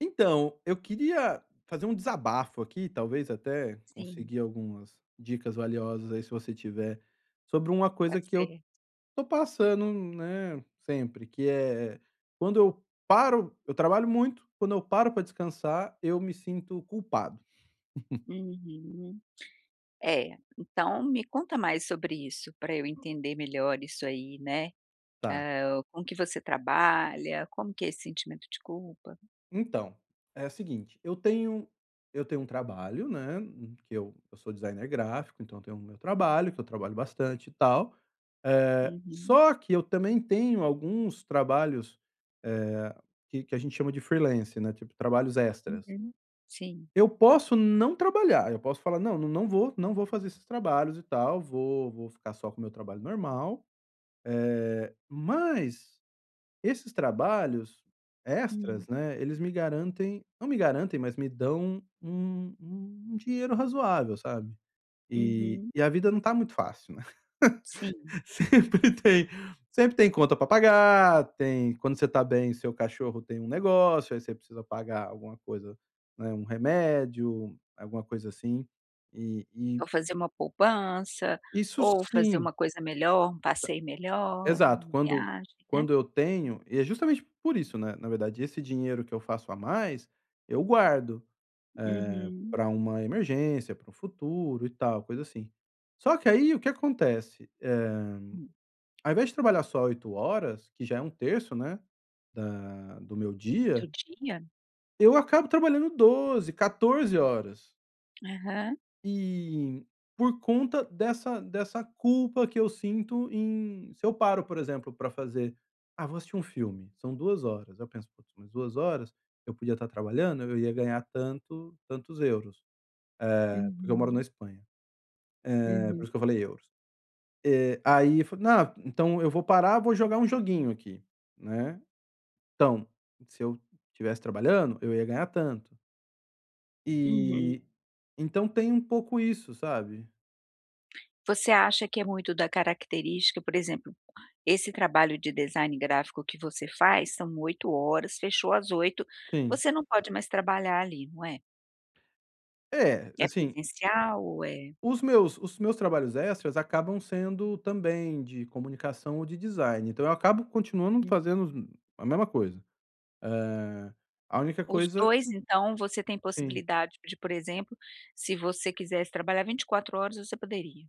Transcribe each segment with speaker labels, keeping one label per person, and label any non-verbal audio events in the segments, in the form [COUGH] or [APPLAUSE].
Speaker 1: Então, eu queria fazer um desabafo aqui, talvez até
Speaker 2: Sim,
Speaker 1: conseguir algumas dicas valiosas aí se você tiver, sobre uma
Speaker 2: tá
Speaker 1: coisa que eu
Speaker 2: certo.
Speaker 1: tô passando, né, sempre, que é quando eu paro eu trabalho muito, quando eu paro para descansar, eu me sinto culpado,
Speaker 2: Uhum. É, então me conta mais sobre isso, para eu entender melhor isso aí, né.
Speaker 1: sabe?
Speaker 2: Com que você trabalha, como que é esse sentimento de culpa?
Speaker 1: Então, é o seguinte, eu tenho um trabalho, né, que eu sou designer gráfico, então eu tenho o meu trabalho, que eu trabalho bastante e tal.
Speaker 2: Uhum,
Speaker 1: Só que eu também tenho alguns trabalhos, eh, que a gente chama de freelance, né, tipo trabalhos extras.
Speaker 2: uhum. Sim.
Speaker 1: Eu posso não trabalhar, eu posso falar: "Não, não vou fazer esses trabalhos e tal, vou ficar só com o meu trabalho normal", mas esses trabalhos
Speaker 2: Hum.
Speaker 1: extras, né, eles me garantem não me garantem, mas me dão um dinheiro razoável, sabe. E
Speaker 2: Uhum.
Speaker 1: e a vida não tá muito fácil, né.
Speaker 2: Sim.
Speaker 1: [LAUGHS] Sempre tem sempre tem conta pra pagar, tem quando você tá bem, seu cachorro tem um negócio, aí você precisa pagar alguma coisa, né, um remédio, alguma coisa assim. E
Speaker 2: Ou fazer uma poupança,
Speaker 1: isso,
Speaker 2: ou fazer
Speaker 1: sim.
Speaker 2: uma coisa melhor, um passeio melhor,
Speaker 1: Exato,
Speaker 2: uma
Speaker 1: quando
Speaker 2: viagem, né.
Speaker 1: quando eu tenho e é justamente por isso, né, na verdade, esse dinheiro que eu faço a mais, eu guardo
Speaker 2: Uhum.
Speaker 1: para uma emergência, para o futuro e tal, coisa assim. Só que aí o que acontece,
Speaker 2: Hum.
Speaker 1: ao invés de trabalhar só 8 horas, que já é um terço, né, da do meu
Speaker 2: Do
Speaker 1: dia,
Speaker 2: dia?
Speaker 1: eu acabo trabalhando 12, 14 horas.
Speaker 2: Aham.
Speaker 1: E por conta dessa culpa que eu sinto em se eu paro, por exemplo, para fazer: "Ah, vou assistir um filme, são 2 horas", eu penso: "Putz, mas 2 horas eu podia estar trabalhando, eu ia ganhar tantos euros", porque eu moro na
Speaker 2: Uhum.
Speaker 1: Espanha, é por isso
Speaker 2: Uhum.
Speaker 1: que eu falei euros. Aí eu falei: "Não, então eu vou parar, vou jogar um joguinho aqui", né. Então, se eu estivesse trabalhando, eu ia ganhar tanto.
Speaker 2: Uhum.
Speaker 1: E então tem um pouco isso, sabe.
Speaker 2: Você acha que é muito da característica, por exemplo, esse trabalho de design gráfico que você faz são 8 horas, fechou às 8,
Speaker 1: Sim.
Speaker 2: você não pode mais trabalhar ali, não é?
Speaker 1: É,
Speaker 2: É
Speaker 1: assim.
Speaker 2: presencial ou é?
Speaker 1: Os meus trabalhos extras acabam sendo também de comunicação ou de design, então eu acabo continuando
Speaker 2: Hum.
Speaker 1: fazendo a mesma coisa. Eh, a única
Speaker 2: Os
Speaker 1: coisa,
Speaker 2: 2? Então, você tem
Speaker 1: sim.
Speaker 2: possibilidade de, por exemplo, se você quisesse trabalhar 24 horas, você poderia?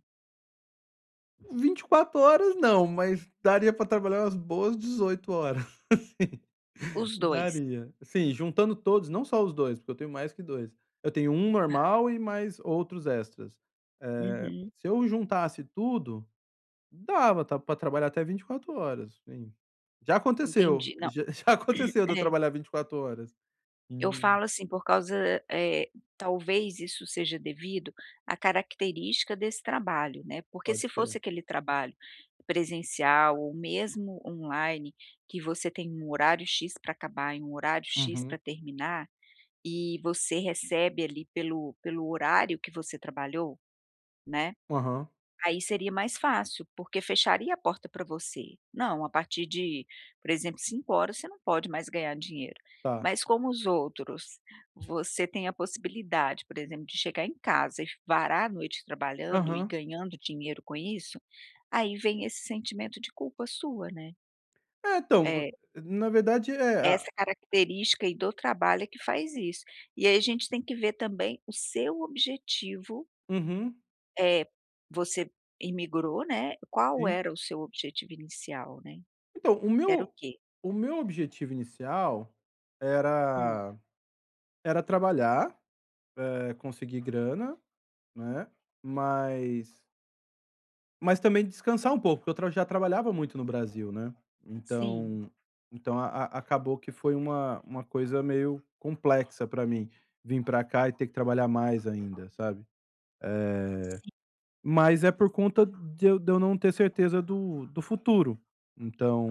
Speaker 1: 24 horas não, mas daria para trabalhar umas boas 18 horas. [LAUGHS]
Speaker 2: Os dois.
Speaker 1: Daria. Sim, juntando todos, não só os 2 porque eu tenho mais que dois. Eu tenho um normal e mais outros extras. Eh,
Speaker 2: Uhum,
Speaker 1: Se eu juntasse tudo, dava, tá pra trabalhar até 24 horas, sim. Já aconteceu,
Speaker 2: entendi. Não,
Speaker 1: já [LAUGHS] já aconteceu de eu
Speaker 2: é.
Speaker 1: trabalhar 24 horas.
Speaker 2: Eu
Speaker 1: Hum,
Speaker 2: falo assim, por causa, talvez isso seja devido à característica desse trabalho, né, porque
Speaker 1: pode
Speaker 2: se fosse
Speaker 1: ser.
Speaker 2: aquele trabalho presencial ou mesmo online, que você tem um horário "X" para acabar e um horário "X" para
Speaker 1: Uhum.
Speaker 2: terminar, e você recebe ali pelo horário que você trabalhou, né.
Speaker 1: Aham,
Speaker 2: Aí seria mais fácil, porque fecharia a porta para você. Não, a partir de, por exemplo, 5 horas, você não pode mais ganhar dinheiro.
Speaker 1: tá.
Speaker 2: Mas como os outros, você tem a possibilidade, por exemplo, de chegar em casa e varar a noite trabalhando e
Speaker 1: Aham.
Speaker 2: ganhando dinheiro com isso, aí vem esse sentimento de culpa sua, né.
Speaker 1: É, então,
Speaker 2: É,
Speaker 1: na verdade é
Speaker 2: essa
Speaker 1: a.
Speaker 2: característica aí do trabalho é que faz isso. E aí a gente tem que ver também o seu objetivo.
Speaker 1: Uhum,
Speaker 2: É, você imigrou, né, qual
Speaker 1: sim.
Speaker 2: era o seu objetivo inicial, né?
Speaker 1: Então, o
Speaker 2: Era o
Speaker 1: meu
Speaker 2: quê?
Speaker 1: o meu objetivo inicial
Speaker 2: Hum,
Speaker 1: era era trabalhar, conseguir grana, né, mas. Mas também descansar um pouco, porque eu tra já trabalhava muito no Brasil, né.
Speaker 2: sim.
Speaker 1: Então então a acabou que foi uma coisa meio complexa pra mim, vir pra cá e ter que trabalhar mais ainda, sabe. Mas é por conta de eu não ter certeza do futuro.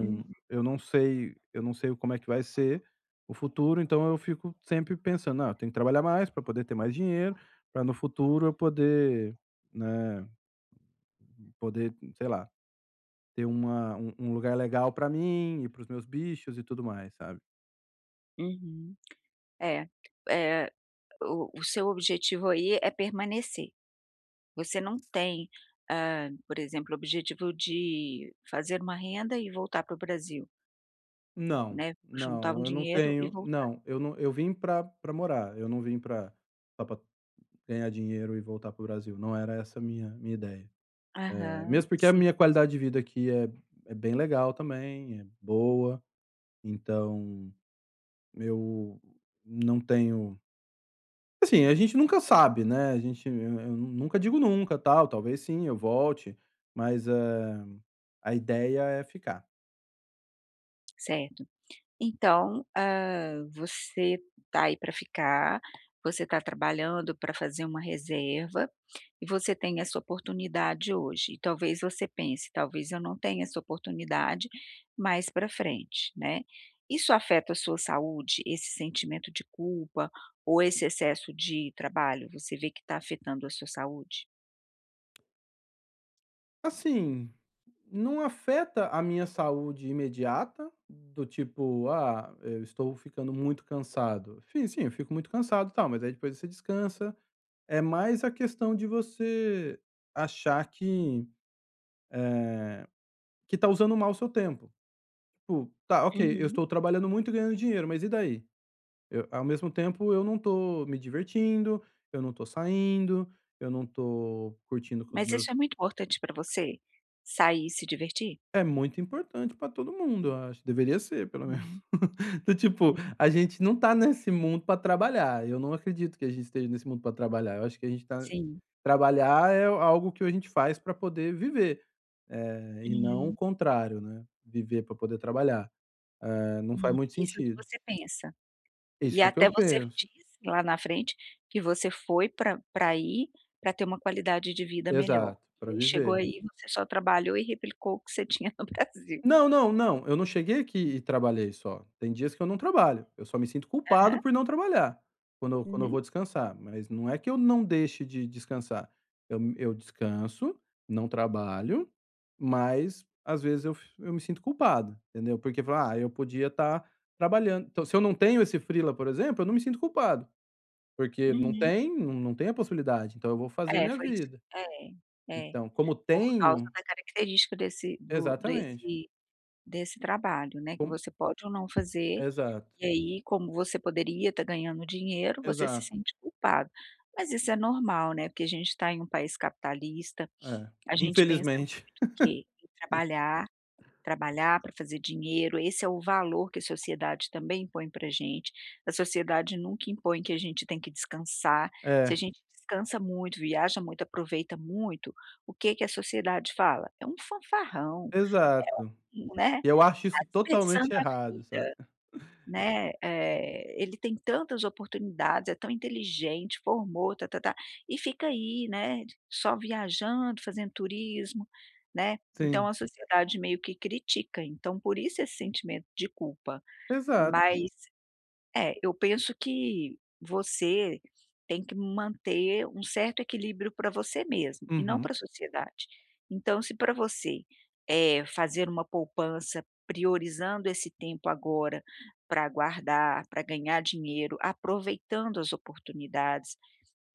Speaker 2: Uhum,
Speaker 1: eu não sei como é que vai ser o futuro, então eu fico sempre pensando: "Ah, eu tenho que trabalhar mais para poder ter mais dinheiro, para no futuro eu poder, né, poder, sei lá, ter uma, um lugar legal pra mim e para os meus bichos e tudo mais, sabe.
Speaker 2: uhum. É, eh, o seu objetivo aí é permanecer. Você não tem, por exemplo, o objetivo de fazer uma renda e voltar para o Brasil,
Speaker 1: Não,
Speaker 2: né, juntar um
Speaker 1: não, eu não
Speaker 2: dinheiro e
Speaker 1: tenho
Speaker 2: voltar.
Speaker 1: não, eu vim pra morar, eu não vim pra só pra ganhar dinheiro e voltar pro Brasil, não era essa a minha ideia.
Speaker 2: Aham,
Speaker 1: Mesmo porque a
Speaker 2: sim,
Speaker 1: minha qualidade de vida aqui é bem legal também, é boa, então eu não tenho assim, a gente nunca sabe, né, a gente, eu nunca digo nunca, tal, talvez sim, eu volte, mas, a ideia é ficar.
Speaker 2: certo. Então, você tá aí para ficar, você está trabalhando para fazer uma reserva, e você tem essa oportunidade hoje. E talvez você pense: "Talvez eu não tenha essa oportunidade mais para frente", né. Isso afeta a sua saúde, esse sentimento de culpa ou esse excesso de trabalho? Você vê que está afetando a sua saúde?
Speaker 1: Assim, não afeta a minha saúde imediata, do tipo: "Ah, eu estou ficando muito cansado". Sim, sim, eu fico muito cansado e tal, mas aí depois você descansa. É mais a questão de você achar que, eh, que tá usando mal o seu tempo. Tipo: "Tá, ok, eu
Speaker 2: Uhum.
Speaker 1: estou trabalhando muito e ganhando dinheiro, mas e daí?". Eu, ao mesmo tempo, eu não tô me divertindo, eu não tô saindo, eu não tô curtindo com os
Speaker 2: Mas
Speaker 1: meus.
Speaker 2: isso é muito importante para você? Sair e se divertir?
Speaker 1: É muito importante pra todo mundo, eu acho. Deveria ser, pelo menos.
Speaker 2: Uhum.
Speaker 1: [LAUGHS] Do tipo,
Speaker 2: Uhum.
Speaker 1: a gente não tá nesse mundo pra trabalhar. Eu não acredito que a gente esteja nesse mundo pra trabalhar. Eu acho que a gente tá,
Speaker 2: Sim.
Speaker 1: trabalhar é algo que a gente faz pra poder viver, e não o
Speaker 2: Uhum.
Speaker 1: contrário, né, viver pra poder trabalhar. Não faz muito
Speaker 2: Isso é o que
Speaker 1: sentido.
Speaker 2: você pensa.
Speaker 1: Isso
Speaker 2: E
Speaker 1: é o que
Speaker 2: até
Speaker 1: eu
Speaker 2: você
Speaker 1: penso.
Speaker 2: diz lá na frente que você foi pra aí pra ter uma qualidade de vida melhor.
Speaker 1: Exato, pra
Speaker 2: E aí chegou
Speaker 1: viver.
Speaker 2: aí, você só trabalhou e replicou o que você [LAUGHS] tinha no Brasil.
Speaker 1: Não, não, não, eu não cheguei aqui e trabalhei só. Tem dias que eu não trabalho, eu só me sinto
Speaker 2: Aham.
Speaker 1: culpado por não trabalhar, quando eu
Speaker 2: Uhum.
Speaker 1: vou descansar, mas não é que eu não deixe de descansar. Eu descanso, não trabalho, mas às vezes eu me sinto culpado, entendeu? Porque fala: "Ah, eu podia estar trabalhando". Então, se eu não tenho esse freela, por exemplo, eu não me sinto culpado, porque não
Speaker 2: Uhum.
Speaker 1: tem não não tem a possibilidade, então eu vou fazer
Speaker 2: É,
Speaker 1: minha
Speaker 2: foi isso.
Speaker 1: vida.
Speaker 2: É, é.
Speaker 1: Então, como
Speaker 2: Por causa
Speaker 1: tenho.
Speaker 2: da característica desse do
Speaker 1: Exatamente,
Speaker 2: desse desse trabalho, né, que
Speaker 1: como
Speaker 2: você pode ou não fazer,
Speaker 1: exato,
Speaker 2: e aí como você poderia estar ganhando dinheiro, você se
Speaker 1: exato.
Speaker 2: sente culpado. Mas isso é normal, né, porque a gente está em um país capitalista,
Speaker 1: É,
Speaker 2: a gente pensa
Speaker 1: infelizmente.
Speaker 2: muito o quê? Em trabalhar. Trabalhar para fazer dinheiro, esse é o valor que a sociedade também impõe para a gente. A sociedade nunca impõe que a gente tem que descansar. Se a
Speaker 1: É,
Speaker 2: gente descansa muito, viaja muito, aproveita muito, o que que a sociedade fala? É um fanfarrão, é
Speaker 1: exato.
Speaker 2: um, né,
Speaker 1: E eu acho
Speaker 2: tá
Speaker 1: isso
Speaker 2: desperdiçando
Speaker 1: totalmente
Speaker 2: a
Speaker 1: errado, sabe.
Speaker 2: vida. Né, ele tem tantas oportunidades, é tão inteligente, formou, tá-tá-tá, e fica aí, né, só viajando, fazendo turismo, né. Então
Speaker 1: Sim,
Speaker 2: a sociedade meio que critica, então por isso esse sentimento de culpa,
Speaker 1: exato.
Speaker 2: mas é, eu penso que você tem que manter um certo equilíbrio para você mesmo e não para
Speaker 1: Uhum,
Speaker 2: a sociedade. Então, se para você é fazer uma poupança priorizando esse tempo agora para guardar, para ganhar dinheiro, aproveitando as oportunidades,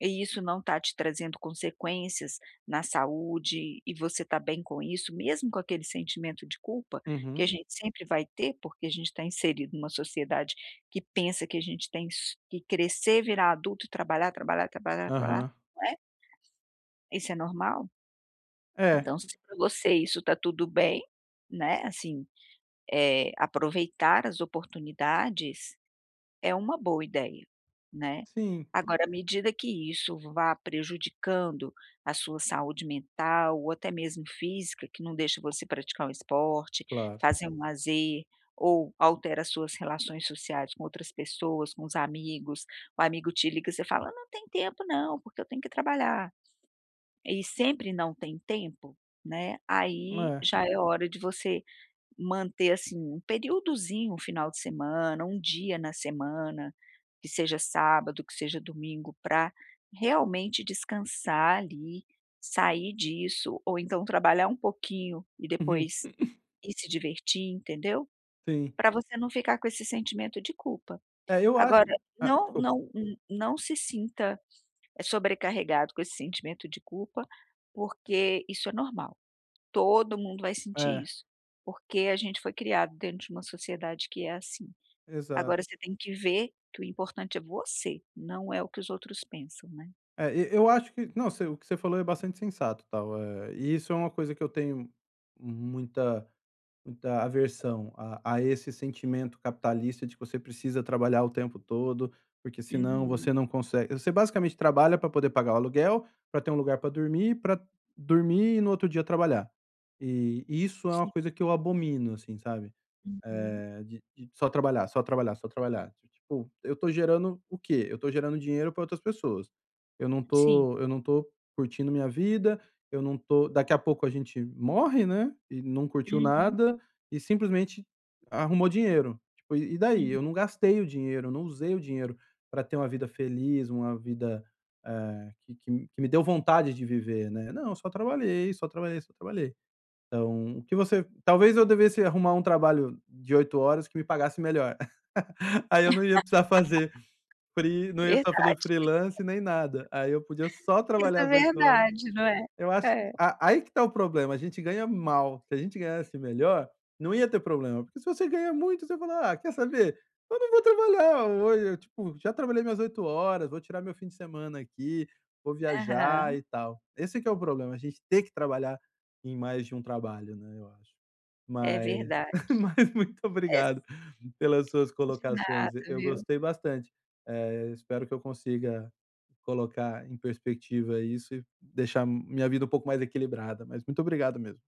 Speaker 2: e isso não está te trazendo consequências na saúde e você está bem com isso, mesmo com aquele sentimento de culpa que a
Speaker 1: uhum,
Speaker 2: gente sempre vai ter, porque a gente está inserido numa sociedade que pensa que a gente tem que crescer, virar adulto, e trabalhar, trabalhar, trabalhar, trabalhar,
Speaker 1: aham.
Speaker 2: não é? Isso é normal?
Speaker 1: É,
Speaker 2: Então, se para você isso está tudo bem, né? Assim, é, aproveitar as oportunidades é uma boa ideia, né.
Speaker 1: sim,
Speaker 2: Agora, à medida que isso vá prejudicando a sua saúde mental ou até mesmo física, que não deixa você praticar um esporte,
Speaker 1: claro.
Speaker 2: fazer um lazer ou altera as suas relações sociais com outras pessoas, com os amigos, o amigo te liga, e você fala: "Não tem tempo não, porque eu tenho que trabalhar". E sempre não tem tempo, né, aí
Speaker 1: É,
Speaker 2: já é hora de você manter, assim, um períodozinho, um final de semana, um dia na semana, que seja sábado, que seja domingo, para realmente descansar ali, sair disso, ou então trabalhar um pouquinho e
Speaker 1: uhum,
Speaker 2: depois ir se divertir, entendeu?
Speaker 1: sim.
Speaker 2: Para você não ficar com esse sentimento de culpa.
Speaker 1: É, eu acho.
Speaker 2: Agora,
Speaker 1: Ah,
Speaker 2: não
Speaker 1: desculpa.
Speaker 2: não não se sinta sobrecarregado com esse sentimento de culpa, porque isso é normal. Todo mundo vai sentir
Speaker 1: É,
Speaker 2: isso, porque a gente foi criado dentro de uma sociedade que é assim.
Speaker 1: exato.
Speaker 2: Agora você tem que ver que o importante é você, não é o que os outros pensam, né.
Speaker 1: É, e eu acho que não, você, o que você falou é bastante sensato, tal, é, e isso é uma coisa que eu tenho muita. Muita aversão a esse sentimento capitalista de que você precisa trabalhar o tempo todo, porque senão
Speaker 2: Uhum.
Speaker 1: você não consegue, você basicamente trabalha para poder pagar o aluguel, para ter um lugar para dormir e no outro dia trabalhar. E isso é uma
Speaker 2: Sim.
Speaker 1: coisa que eu abomino, assim, sabe.
Speaker 2: Uhum.
Speaker 1: De só trabalhar, só trabalhar, só trabalhar. Tipo, eu tô gerando o quê? Eu tô gerando dinheiro para outras pessoas. Eu não
Speaker 2: Sim.
Speaker 1: tô eu não tô curtindo minha vida, eu não tô daqui a pouco a gente morre, né, e não curtiu
Speaker 2: Uhum.
Speaker 1: nada e simplesmente arrumou dinheiro. Tipo, e daí?
Speaker 2: Uhum.
Speaker 1: Eu não gastei o dinheiro, eu não usei o dinheiro para ter uma vida feliz, uma vida, que me deu vontade de viver, né. Não, eu só trabalhei, só trabalhei, só trabalhei. Então, o que você talvez eu devesse arrumar um trabalho de 8 horas que me pagasse melhor. [LAUGHS] Aí eu não ia
Speaker 2: [LAUGHS]
Speaker 1: precisar fazer
Speaker 2: Verdade.
Speaker 1: freelance nem nada. Aí eu podia só
Speaker 2: Isso
Speaker 1: trabalhar
Speaker 2: é
Speaker 1: as 8 horas.
Speaker 2: verdade, não é?
Speaker 1: Eu acho que
Speaker 2: É.
Speaker 1: a aí que tá o problema, a gente ganha mal. Se a gente ganhasse melhor, não ia ter problema, porque se você ganha muito, você fala: "Ah, quer saber? Eu não vou trabalhar hoje, eu, tipo, já trabalhei minhas 8 horas, vou tirar meu fim de semana aqui, vou viajar
Speaker 2: Aham.
Speaker 1: e tal". Esse que é o problema, a gente tem que trabalhar em mais de um trabalho, né, eu acho.
Speaker 2: É
Speaker 1: Mas
Speaker 2: verdade.
Speaker 1: [LAUGHS] mas muito
Speaker 2: É,
Speaker 1: obrigado pelas suas
Speaker 2: de nada,
Speaker 1: colocações, eu
Speaker 2: viu.
Speaker 1: gostei bastante. Espero que eu consiga colocar em perspectiva isso e deixar minha vida um pouco mais equilibrada, mas muito obrigado mesmo,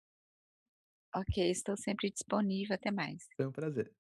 Speaker 2: Ok, estou sempre disponível. Até mais.
Speaker 1: foi um prazer.